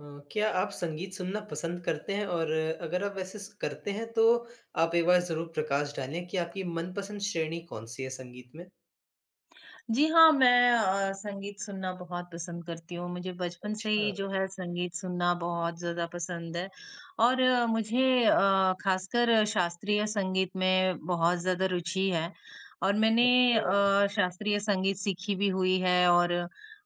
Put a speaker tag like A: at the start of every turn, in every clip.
A: अ, क्या आप संगीत सुनना पसंद करते हैं? और अगर आप वैसे स करते हैं तो आप एक बार ज़रूर प्रकाश डालें कि आपकी मनपसंद श्रेणी कौन-सी है संगीत में?
B: जी हाँ, मैं संगीत सुनना बहुत पसंद करती हूँ। मुझे बचपन से ही
A: अच्छा,
B: जो है संगीत सुनना बहुत ज़्यादा पसंद है और मुझे ख़ासकर शास्त्रीय संगीत में बहुत ज़्यादा रुचि है और मैंने
A: अच्छा।
B: शास्त्रीय संगीत सीखी भी हुई है और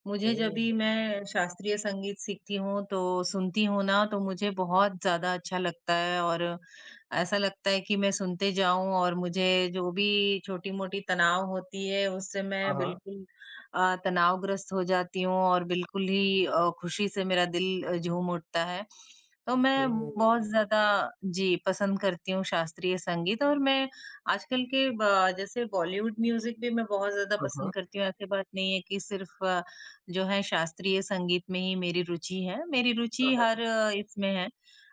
B: मुझे जब
A: ओह!
B: भी मैं शास्त्रीय संगीत सीखती हूँ, तो सुनती हूँ ना, तो मुझे बहुत ज़्यादा अच्छा लगता है और ऐसा लगता है कि मैं सुनते जाऊँ और मुझे जो भी छोटी-मोटी तनाव होती है, उससे
A: हाँ,
B: मैं
A: हाँ।
B: बिल्कुल तनावग्रस्त हो जाती हूँ और बिल्कुल ही खुशी से मेरा दिल झूम उठता है। तो मैं
A: ओह!
B: बहुत ज़्यादा जी, पसंद करती हूँ शास्त्रीय संगीत और मैं आजकल के ब जैसे बॉलीवुड म्यूज़िक भी मैं बहुत ज़्यादा
A: हाँ,
B: पसंद
A: हाँ।
B: करती हूँ, ऐसी बात नहीं है कि सिर्फ़ जो है शास्त्रीय संगीत में ही मेरी रुचि है। मेरी
A: हाँ,
B: रुचि हर
A: हाँ।
B: इसमें है।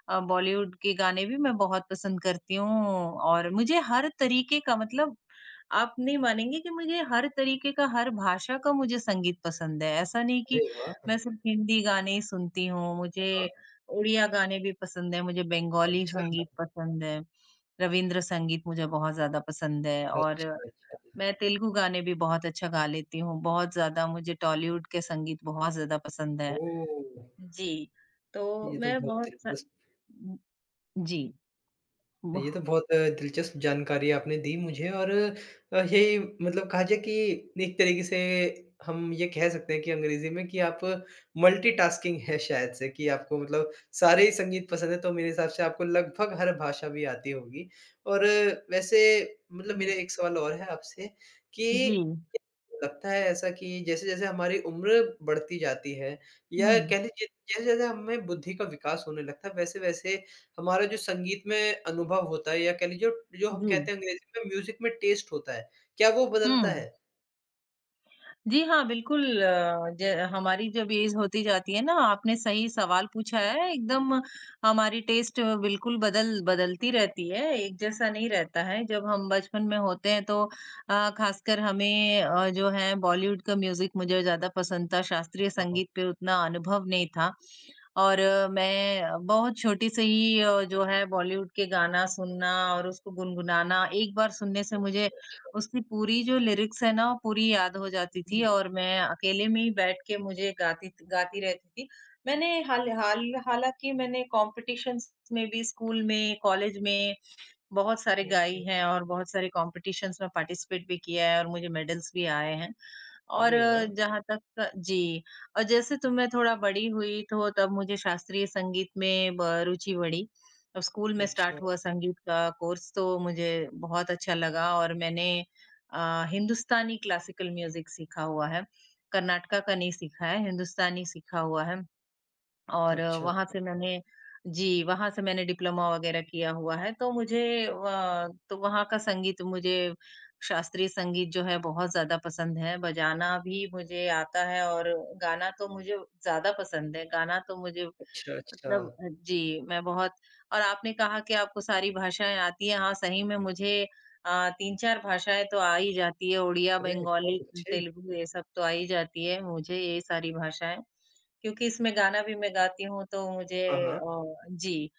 B: बॉलीवुड के गाने भी मैं बहुत पसंद करती हूँ और मुझे हर तरीके का मतलब आप नहीं मानेंगे कि मुझे हर तरीके का, हर भाषा का मुझे संगीत पसंद है। ऐसा नहीं कि
A: अरे वाह! हाँ,
B: मैं सिर्फ हिंदी गाने ही सुनती हूँ, मुझे
A: हाँ।
B: उड़िया गाने भी पसंद हैं, मुझे बंगाली
A: अच्छा,
B: संगीत पसंद है, रवींद्र संगीत मुझे बहुत ज़्यादा पसंद है और
A: अच्छा, अच्छा।
B: मैं तेलुगु गाने भी बहुत अच्छा गा लेती हूँ, बहुत ज़्यादा मुझे टॉलीवुड के संगीत बहुत ज़्यादा पसंद है।
A: ओह!
B: जी, तो
A: ये तो
B: मैं
A: बहुत
B: बहुत स
A: दिलचस्प
B: जी।
A: ये
B: वाह!
A: तो बहुत दिलचस्प जानकारी आपने दी मुझे और यही मतलब कहा जाए कि एक तरीके से हम ये कह सकते हैं कि अंग्रेजी में कि आप मल्टीटास्किंग है शायद से कि आपको मतलब सारे ही संगीत पसंद है तो मेरे हिसाब से आपको लगभग हर भाषा भी आती होगी और वैसे मतलब
B: हुँ,
A: मेरा एक सवाल और है आपसे कि
B: जी।
A: लगता है ऐसा कि जैसे जैसे हमारी उम्र बढ़ती जाती है या
B: हुँ,
A: कह लीजिए जैसे जैसे हमें बुद्धि का विकास होने लगता है वैसे वैसे हमारा जो संगीत में अनुभव होता है या कह लीजिए जो हम
B: जी।
A: कहते हैं अंग्रेजी में म्यूज़िक में टेस्ट होता है, क्या वो बदलता
B: हुँ।
A: है?
B: जी हाँ, बिल्कुल ज हमारी जब एज होती जाती है ना, आपने सही सवाल पूछा है। एकदम हमारी टेस्ट बिल्कुल बदलती रहती है, एक जैसा नहीं रहता है। जब हम बचपन में होते हैं तो खासकर हमें जो है बॉलीवुड का म्यूज़िक मुझे ज़्यादा पसंद था, शास्त्रीय
A: हाँ,
B: संगीत पे उतना अनुभव नहीं था। और मैं बहुत छोटी से ही जो है बॉलीवुड के गाना सुनना और उसको गुनगुनाना, एक बार सुनने से मुझे
A: अच्छा, अच्छा।
B: उसकी पूरी जो लिरिक्स है ना, पूरी याद हो जाती थी
A: अरे!
B: और मैं अकेले में ही बैठ के मुझे गाती गाती रहती थी। मैंने हाल हाल हालाँकि मैंने कॉम्पिटिशन्स में भी स्कूल में, कॉलेज में बहुत सारे गाई
A: ओहो!
B: हैं और बहुत सारे कॉम्पिटिशन्स में पार्टिसिपेट भी किया है और मुझे मेडल्स भी आए हैं। और
A: अरे वाह!
B: जहाँ तक जी, और जैसे तो मैं थोड़ा बड़ी हुई तो तब मुझे शास्त्रीय संगीत में ब रुचि बढ़ी। अब स्कूल में
A: अच्छा,
B: स्टार्ट हुआ संगीत का कोर्स तो मुझे बहुत अच्छा लगा और मैंने हिंदुस्तानी क्लासिकल म्यूज़िक सीखा हुआ है। कर्नाटका का नहीं सीखा है, हिंदुस्तानी सीखा हुआ है। और
A: अच्छा,
B: वहाँ से मैंने जी, वहाँ से मैंने डिप्लोमा वग़ैरह किया हुआ है, तो मुझे तो वहाँ का संगीत मुझे शास्त्रीय संगीत जो है बहुत ज़्यादा पसंद है, बजाना भी मुझे आता है और गाना तो मुझे ज़्यादा पसंद है, गाना तो मुझे
A: अच्छा, अच्छा।
B: मतलब जी, मैं बहुत और आपने कहा कि आपको सारी भाषाएँ आती हैं, हाँ, सही में मुझे अ, 3-4 भाषाएँ तो आ ही जाती है, उड़िया,
A: अरे!
B: बंगाली,
A: बहुत अच्छे।
B: तेलुगु ये सब तो आ ही जाती है मुझे ये सारी भाषाएँ, क्योंकि इसमें गाना भी मैं गाती हूँ तो मुझे
A: हाँ, हाँ।
B: अ, जी।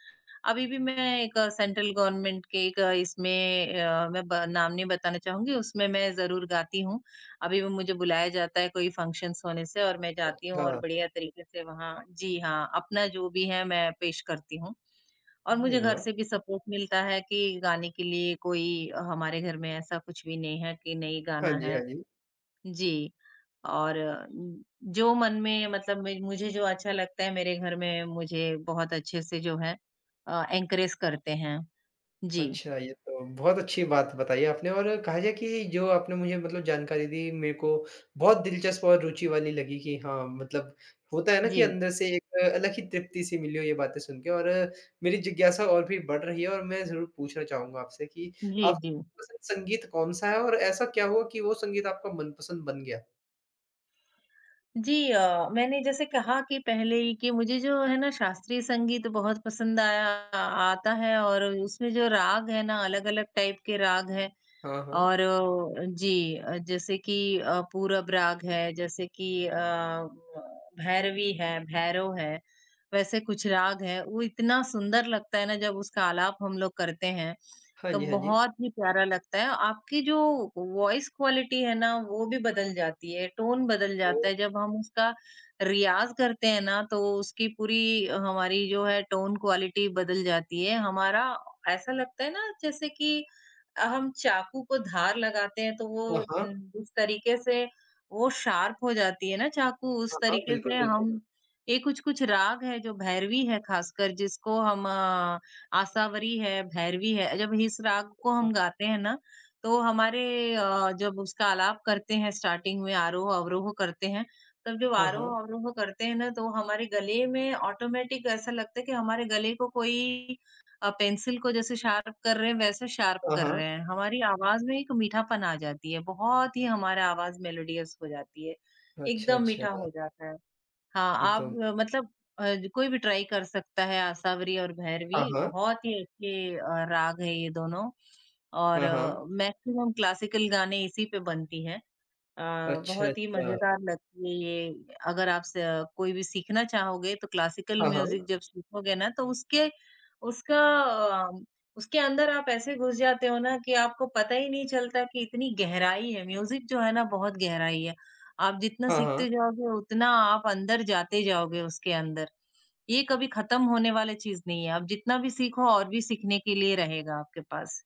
B: अभी भी मैं एक सेंट्रल गवर्नमेंट के एक इसमें मैं ब नाम नहीं बताना चाहूँगी, उसमें मैं ज़रूर गाती हूँ। अभी भी मुझे बुलाया जाता है कोई फंक्शन्स होने से और मैं जाती हूँ और
A: अच्छा।
B: बढ़िया तरीके से वहाँ जी हाँ, अपना जो भी है मैं पेश करती हूँ। और
A: अरे
B: मुझे घर
A: वाह!
B: से भी सपोर्ट मिलता है कि गाने के लिए कोई हमारे घर में ऐसा कुछ भी नहीं है कि नहीं
A: हाँ
B: गाना
A: जी,
B: है।
A: हाँ जी।
B: जी। और जो मन में मतलब मे मुझे जो अच्छा लगता है मेरे घर में मुझे बहुत अच्छे से जो है एनकरेज करते हैं। जी,
A: अच्छा, ये तो बहुत अच्छी बात बताई आपने और कहा जाए कि जो आपने मुझे मतलब जानकारी दी मेरे को बहुत दिलचस्प और रुचि वाली लगी कि हाँ, मतलब होता है ना
B: जी।
A: कि अंदर से एक अलग ही तृप्ति-सी मिली हो ये बातें सुन के और मेरी जिज्ञासा और भी बढ़ रही है और मैं ज़रूर पूछना चाहूँगा आपसे कि
B: जी,
A: आपका
B: जी।
A: मनपसंद संगीत कौन-सा है और ऐसा क्या हुआ कि वो संगीत आपका मनपसंद बन गया?
B: जी। मैंने जैसे कहा कि पहले ही कि मुझे जो है ना शास्त्रीय संगीत बहुत पसंद आया आता है और उसमें जो राग है ना अलग-अलग टाइप के राग हैं
A: हाँ, हाँ।
B: और जी, जैसे कि, पूरब राग है, जैसे कि भैरवी है, भैरव है, वैसे कुछ राग है। वो इतना सुंदर लगता है ना जब उसका आलाप हम लोग करते हैं,
A: हाँ
B: तो
A: जी, हाँ जी।
B: बहुत ही प्यारा लगता है। आपकी जो वॉइस क्वालिटी है ना, वो भी बदल जाती है, टोन बदल
A: तो
B: जाता है। जब हम उसका रियाज़ करते हैं ना, तो उसकी पूरी हमारी जो है टोन क्वालिटी बदल जाती है। हमारा ऐसा लगता है ना जैसे कि हम चाकू को धार लगाते हैं तो वो
A: हाँ, हाँ।
B: उस तरीके से वो शार्प हो जाती है ना चाकू, उस
A: हाँ, हाँ,
B: तरीके
A: बिल्कुल,
B: से
A: बिल्कुल।
B: हम ये कुछ-कुछ राग है जो भैरवी है खासकर जिसको हम आशावरी है, भैरवी है, जब इस राग को हम गाते हैं ना, तो हमारे जब उसका आलाप करते हैं स्टार्टिंग में आरोह-अवरोह करते हैं, तब जब
A: हाँ, हाँ।
B: आरोह-अवरोह करते हैं ना, तो हमारे गले में ऑटोमेटिक ऐसा लगता है कि हमारे गले को कोई पेंसिल को जैसे शार्प कर रहे हैं, वैसे शार्प
A: हाँ,
B: कर
A: हाँ।
B: रहे हैं। हमारी आवाज़ में एक मीठापन आ जाती है, बहुत ही हमारा आवाज़ मेलोडियस हो जाती है,
A: अच्छा,
B: एकदम मीठा
A: अच्छा।
B: हो जाता है। हाँ,
A: ये
B: आप
A: तो
B: मतलब कोई भी ट्राई कर सकता है आसावरी और भैरवी,
A: हाँ, हाँ।
B: बहुत ही अच्छे राग हैं ये दोनों और
A: हाँ, हाँ।
B: मैक्सिमम क्लासिकल गाने इसी पे बनती हैं। अ,
A: अच्छा,
B: बहुत ही
A: अच्छा।
B: मज़ेदार लगती है ये अगर आप स कोई भी सीखना चाहोगे तो क्लासिकल
A: हाँ,
B: म्यूज़िक
A: हाँ।
B: जब सीखोगे ना तो उसका अ, उसके अंदर आप ऐसे घुस जाते हो ना कि आपको पता ही नहीं चलता कि इतनी गहराई है, म्यूज़िक जो है ना बहुत गहराई है। आप जितना
A: हाँ, हाँ।
B: सीखते जाओगे उतना आप अंदर जाते जाओगे उसके अंदर। ये कभी ख़त्म होने वाली चीज़ नहीं है, आप जितना भी सीखो और भी सीखने के लिए रहेगा आपके पास।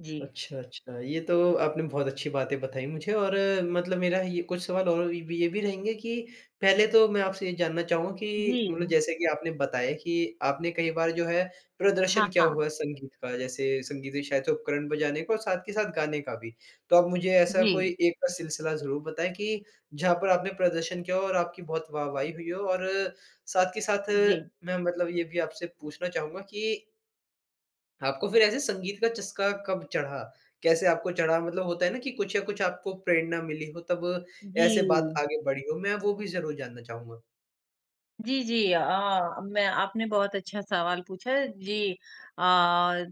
B: जी।
A: अच्छा, अच्छा। ये तो आपने बहुत अच्छी बातें बताई मुझे और मतलब मेरा ये कुछ सवाल और ये भी रहेंगे कि पहले तो मैं आपसे ये जानना चाहूँगा
B: जी।
A: कि मतलब जैसे कि आपने बताया कि आपने कई बार जो है प्रदर्शन
B: हाँ,
A: किया
B: हाँ।
A: हुआ है संगीत का, जैसे संगीत के शायद से उपकरण बजाने का और साथ के साथ गाने का भी। तो आप मुझे ऐसा
B: जी,
A: कोई एक का सिलसिला ज़रूर बताएँ कि जहाँ पर आपने प्रदर्शन किया हो और आपकी बहुत वाहवाही हुई हो और साथ के साथ
B: जी।
A: मैं मतलब ये भी आपसे पूछना चाहूँगा कि आपको फिर ऐसे संगीत का चस्का कब चढ़ा? कैसे आपको चढ़ा? मतलब होता है ना कि कुछ या कुछ आपको प्रेरणा मिली हो तब
B: जी।
A: ऐसे बात आगे बढ़ी हो, मैं वो भी ज़रूर जानना चाहूँगा।
B: जी, जी। मैं आपने बहुत अच्छा सवाल पूछा है। जी।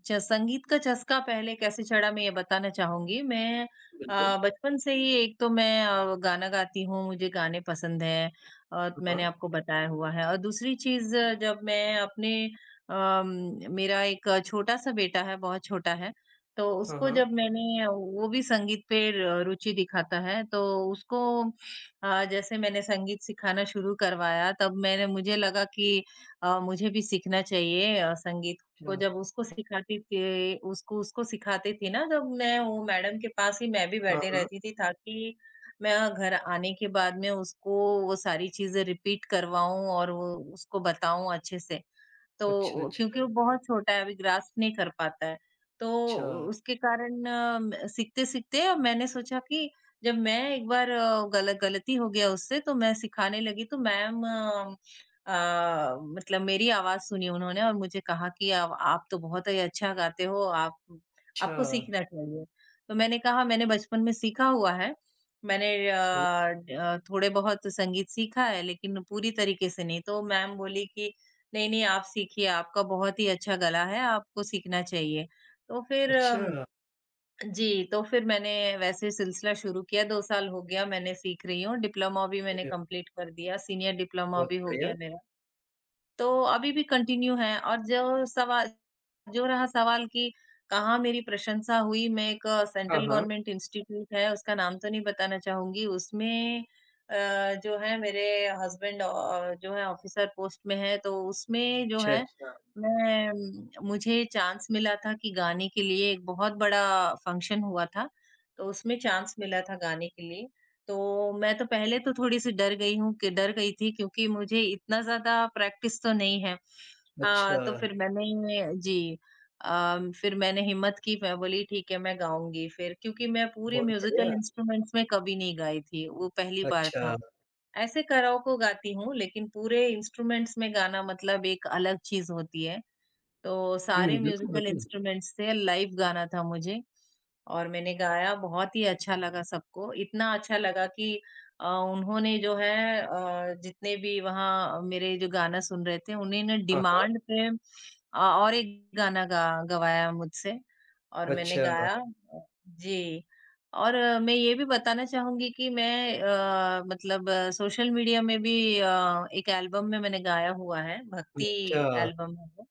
B: च संगीत का चस्का पहले कैसे चढ़ा मैं ये बताना चाहूँगी। मैं
A: बिल्कुल।
B: बचपन से ही एक तो मैं गाना गाती हूँ, मुझे गाने पसंद हैं और मैंने
A: हाँ,
B: आपको बताया हुआ है। और दूसरी चीज़ जब मैं अपने अम, मेरा एक छोटा-सा बेटा है, बहुत छोटा है, तो
A: हाँ,
B: उसको जब
A: हाँ।
B: मैंने वो भी संगीत पे र रुचि दिखाता है, तो उसको जैसे मैंने संगीत सिखाना शुरू करवाया तब मैंने मुझे लगा कि मुझे भी सीखना चाहिए संगीत को
A: अच्छा,
B: जब उसको सिखाती थी ना जब मैं वो मैडम के पास ही मैं भी
A: हाँ,
B: बैठे
A: हाँ।
B: रहती थी ताकि मैं घर आने के बाद में उसको वो सारी चीजें रिपीट करवाऊं और वो उसको बताऊं अच्छे से
A: अच्छा,
B: तो
A: अच्छा,
B: क्योंकि वो बहुत छोटा है अभी ग्रास्प नहीं कर पाता है तो
A: अच्छा,
B: उसके कारण सीखते सीखते मैंने सोचा कि जब मैं एक बार गल गलती हो गया उससे तो मैं सिखाने लगी तो मैम मतलब मेरी आवाज़ सुनी उन्होंने और मुझे कहा कि अब आप तो बहुत ही अच्छा गाते हो, आप
A: अच्छा।
B: आपको सीखना चाहिए। तो मैंने कहा मैंने बचपन में सीखा हुआ है। मैंने
A: ओह!
B: थोड़े बहुत संगीत सीखा है लेकिन पूरी तरीके से नहीं। तो मैम बोली कि नहीं, नहीं आप सीखिए, आपका बहुत ही अच्छा गला है, आपको सीखना चाहिए। तो फिर
A: अच्छा,
B: जी, तो फिर मैंने वैसे सिलसिला शुरू किया, 2 साल हो गया मैंने सीख रही हूँ, डिप्लोमा भी मैंने
A: अरे
B: कंप्लीट कर दिया, सीनियर डिप्लोमा
A: बहुत
B: भी हो
A: बढ़िया।
B: गया मेरा। तो अभी भी कंटिन्यू है और जो रहा सवाल कि कहाँ मेरी प्रशंसा हुई, मैं एक
A: हाँ,
B: सेंट्रल
A: हाँ।
B: गवर्नमेंट इंस्टीट्यूट है, उसका नाम तो नहीं बताना चाहूँगी, उसमें अ, जो है मेरे हस्बैंड जो है ऑफिसर पोस्ट में है, तो उसमें जो
A: अच्छा,
B: है
A: अच्छा,
B: मैं मुझे चांस मिला था कि गाने के लिए एक बहुत बड़ा फंक्शन हुआ था, तो उसमें चांस मिला था गाने के लिए। तो मैं तो पहले तो थोड़ी-सी डर गई हूँ कि डर गई थी क्योंकि मुझे इतना ज़्यादा प्रैक्टिस तो नहीं है। हाँ,
A: अच्छा,
B: तो फिर मैंने जी। फिर मैंने हिम्मत की, मैं बोली ठीक है मैं गाऊँगी फिर क्योंकि मैं पूरे
A: बहुत बढ़िया।
B: म्यूज़िकल इंस्ट्रूमेंट्स में कभी नहीं गाई थी, वो पहली बार था।
A: अच्छा,
B: ऐसे कराओके गाती हूँ, लेकिन पूरे इंस्ट्रूमेंट्स में गाना मतलब एक अलग चीज़ होती है। तो
A: हुँ,
B: सारे
A: बिल्कुल,
B: म्यूज़िकल
A: बिल्कुल।
B: इंस्ट्रूमेंट्स थे, लाइव गाना था मुझे और मैंने गाया, बहुत ही अच्छा लगा सबको। इतना अच्छा लगा कि अ, उन्होंने जो है जितने भी वहाँ मेरे जो गाना सुन रहे थे, उन्हें ना
A: हाँ, हाँ।
B: डिमांड पे और एक गाना गा गवाया मुझसे और मैंने
A: अच्छा,
B: गाया जी। और मैं ये भी बताना चाहूँगी कि मैं मतलब सोशल मीडिया में भी एक एल्बम में मैंने गाया हुआ है, भक्ति
A: अच्छा,
B: एल्बम है वो।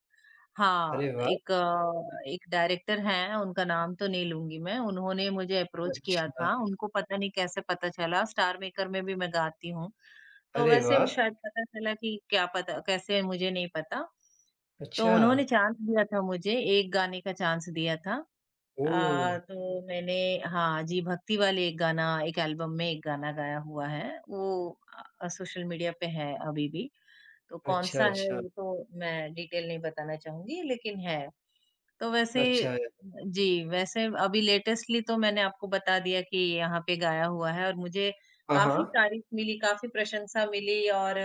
B: हाँ,
A: अरे वाह!
B: एक डायरेक्टर हैं, उनका नाम तो नहीं लूँगी मैं, उन्होंने मुझे अप्रोच किया
A: अच्छा,
B: था, उनको पता नहीं कैसे पता चला, स्टार मेकर में भी मैं गाती हूँ, तो
A: अरे
B: वैसे भी
A: वाह!
B: शायद पता चला कि क्या पता कैसे मुझे नहीं पता, तो
A: अच्छा,
B: उन्होंने चांस दिया था मुझे, एक गाने का चांस दिया था
A: ओह!
B: तो मैंने हाँ जी, भक्ति वाले एक गाना एक एल्बम में एक गाना गाया हुआ है, वो सोशल मीडिया पे है अभी भी, तो
A: अच्छा,
B: कौन-सा है
A: अच्छा।
B: वो तो मैं डिटेल नहीं बताना चाहूँगी लेकिन है तो वैसे
A: अच्छा।
B: जी, वैसे अभी लेटेस्टली तो मैंने आपको बता दिया कि यहाँ पे गाया हुआ है और मुझे
A: हाँ,
B: काफ़ी
A: हाँ।
B: तारीफ मिली, काफ़ी प्रशंसा मिली और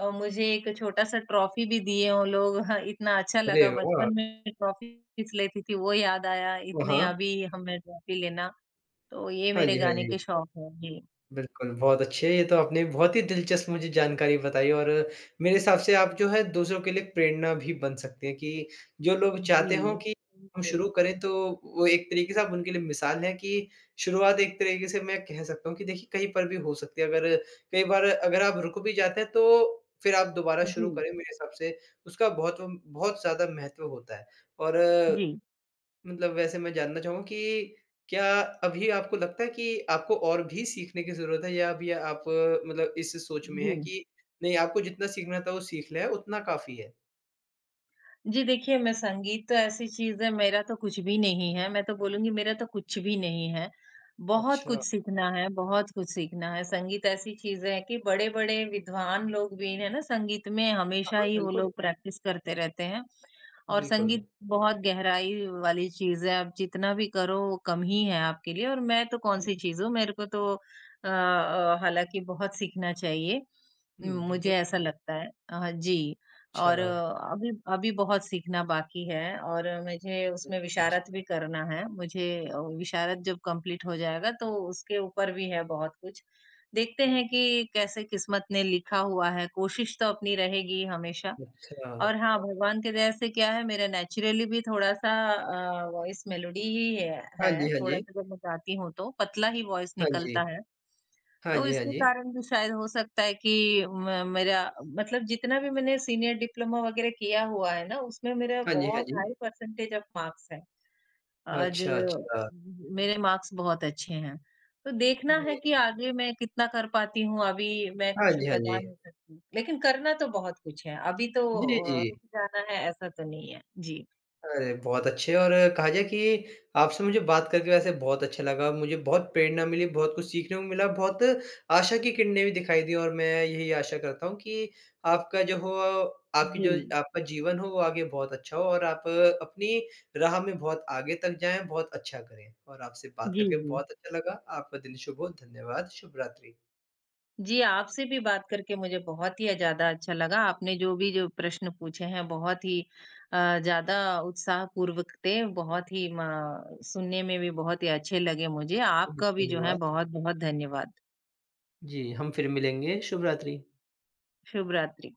B: मुझे एक छोटा-सा ट्रॉफी भी दिए वो लोग। हाँ, इतना अच्छा
A: अरे
B: लगा
A: वाह!
B: बचपन में ट्रॉफीज़ लेती थी, वो याद आया।
A: हाँ,
B: इतने
A: हाँ।
B: अभी हमें ट्रॉफी लेना, तो ये
A: हाँ
B: मेरे
A: जी, हाँ
B: गाने
A: जी।
B: के शौक हैं। जी।
A: बिल्कुल, बहुत अच्छे, ये तो आपने बहुत ही दिलचस्प मुझे जानकारी बताई और मेरे हिसाब से आप जो है दूसरों के लिए प्रेरणा भी बन सकते हैं कि जो लोग
B: जी।
A: चाहते हों कि हम
B: जी।
A: शुरू करें तो वो एक तरीके से आप उनके लिए मिसाल हैं कि शुरुआत एक तरीके से मैं कह सकता हूँ कि देखिए कहीं पर भी हो सकती है। अगर कई बार अगर आप रुक भी जाते हैं तो फिर आप दोबारा शुरू
B: जी,
A: करें मेरे हिसाब से उसका बहुत बहुत ज़्यादा महत्व होता है और
B: जी।
A: मतलब वैसे मैं जानना चाहूँगा कि क्या अभी आपको लगता है कि आपको और भी सीखने की ज़रूरत है या अभी आप मतलब इस सोच में
B: जी।
A: हैं कि नहीं आपको जितना सीखना था वो सीख लिया है, उतना काफ़ी है?
B: जी देखिए, मैं संगीत तो ऐसी चीज़ है मेरा तो कुछ भी नहीं है। मैं तो बोलूँगी मेरा तो कुछ भी नहीं है। बहुत कुछ
A: अच्छा।
B: सीखना है, बहुत कुछ सीखना है। संगीत ऐसी चीज़ है कि बड़े-बड़े विद्वान लोग भी है ना संगीत में
A: हाँ,
B: हमेशा
A: हाँ,
B: ही वो लोग
A: बिल्कुल,
B: प्रैक्टिस करते रहते हैं। और
A: बिल्कुल।
B: संगीत बहुत गहराई वाली चीज़ है। आप जितना भी करो वो कम ही है आपके लिए और मैं तो
A: हुँ,
B: कौन-सी चीज़ हूँ। मेरे को तो हालाँकि बहुत सीखना चाहिए।
A: हुँ, बिल्कुल।
B: मुझे ऐसा लगता है जी
A: अच्छा,
B: और अभी अभी बहुत सीखना बाकी है और मुझे उसमें विशारत भी
A: अच्छा,
B: करना है। मुझे विशारत जब कंप्लीट हो जाएगा तो उसके ऊपर भी है बहुत कुछ। देखते हैं कि कैसे किस्मत ने लिखा हुआ है, कोशिश तो अपनी रहेगी हमेशा।
A: अच्छा।
B: और हाँ, भगवान की दया से क्या है मेरा नेचुरली भी थोड़ा-सा वॉइस मेलोडी ही है
A: हाँ
B: है,
A: जी, हाँ जी।
B: थोड़ा-सा जब मैं गाती हूँ तो पतला ही वॉइस
A: हाँ जी।
B: निकलता है।
A: हाँ
B: तो
A: जी, हाँ
B: इसके
A: जी।
B: कारण भी शायद हो सकता है कि म मेरा मतलब जितना भी मैंने सीनियर डिप्लोमा वगैरह किया हुआ है ना, उसमें मेरा
A: हाँ जी, हाँ
B: बहुत हाई
A: जी।
B: परसेंटेज ऑफ मार्क्स है। आज
A: अच्छा, अच्छा।
B: मेरे मार्क्स बहुत अच्छे हैं। तो देखना है
A: अरे!
B: कि आगे मैं कितना कर पाती हूँ, अभी मैं
A: हाँ
B: कुछ
A: जी, हाँ
B: बता
A: जी।
B: नहीं सकती। लेकिन करना तो बहुत कुछ है, अभी तो
A: जी, जी।
B: रुक जाना है ऐसा तो नहीं है। जी।
A: अरे! बहुत अच्छे और कहा जाए कि आपसे मुझे बात करके वैसे बहुत अच्छा लगा। मुझे बहुत प्रेरणा मिली, बहुत कुछ सीखने को मिला, बहुत आशा की किरणें भी दिखाई दी और मैं यही आशा करता हूँ कि आपका जो हो आपकी
B: जी।
A: जो आपका जीवन हो वो आगे बहुत अच्छा हो और आप अपनी राह में बहुत आगे तक जाएँ, बहुत अच्छा करें। और आपसे बात
B: जी,
A: करके
B: जी।
A: बहुत अच्छा लगा। आपका दिन शुभ हो। धन्यवाद। शुभ रात्रि।
B: जी, आपसे भी बात करके मुझे बहुत ही ज़्यादा अच्छा लगा। आपने जो भी जो प्रश्न पूछे हैं बहुत ही अ, ज़्यादा उत्साहपूर्वक थे, बहुत ही म सुनने में भी बहुत ही अच्छे लगे मुझे।
A: जी,
B: आपका भी जो है
A: धन्यवाद।
B: बहुत-बहुत धन्यवाद।
A: जी, हम फिर मिलेंगे। शुभ रात्रि।
B: शुभ रात्रि।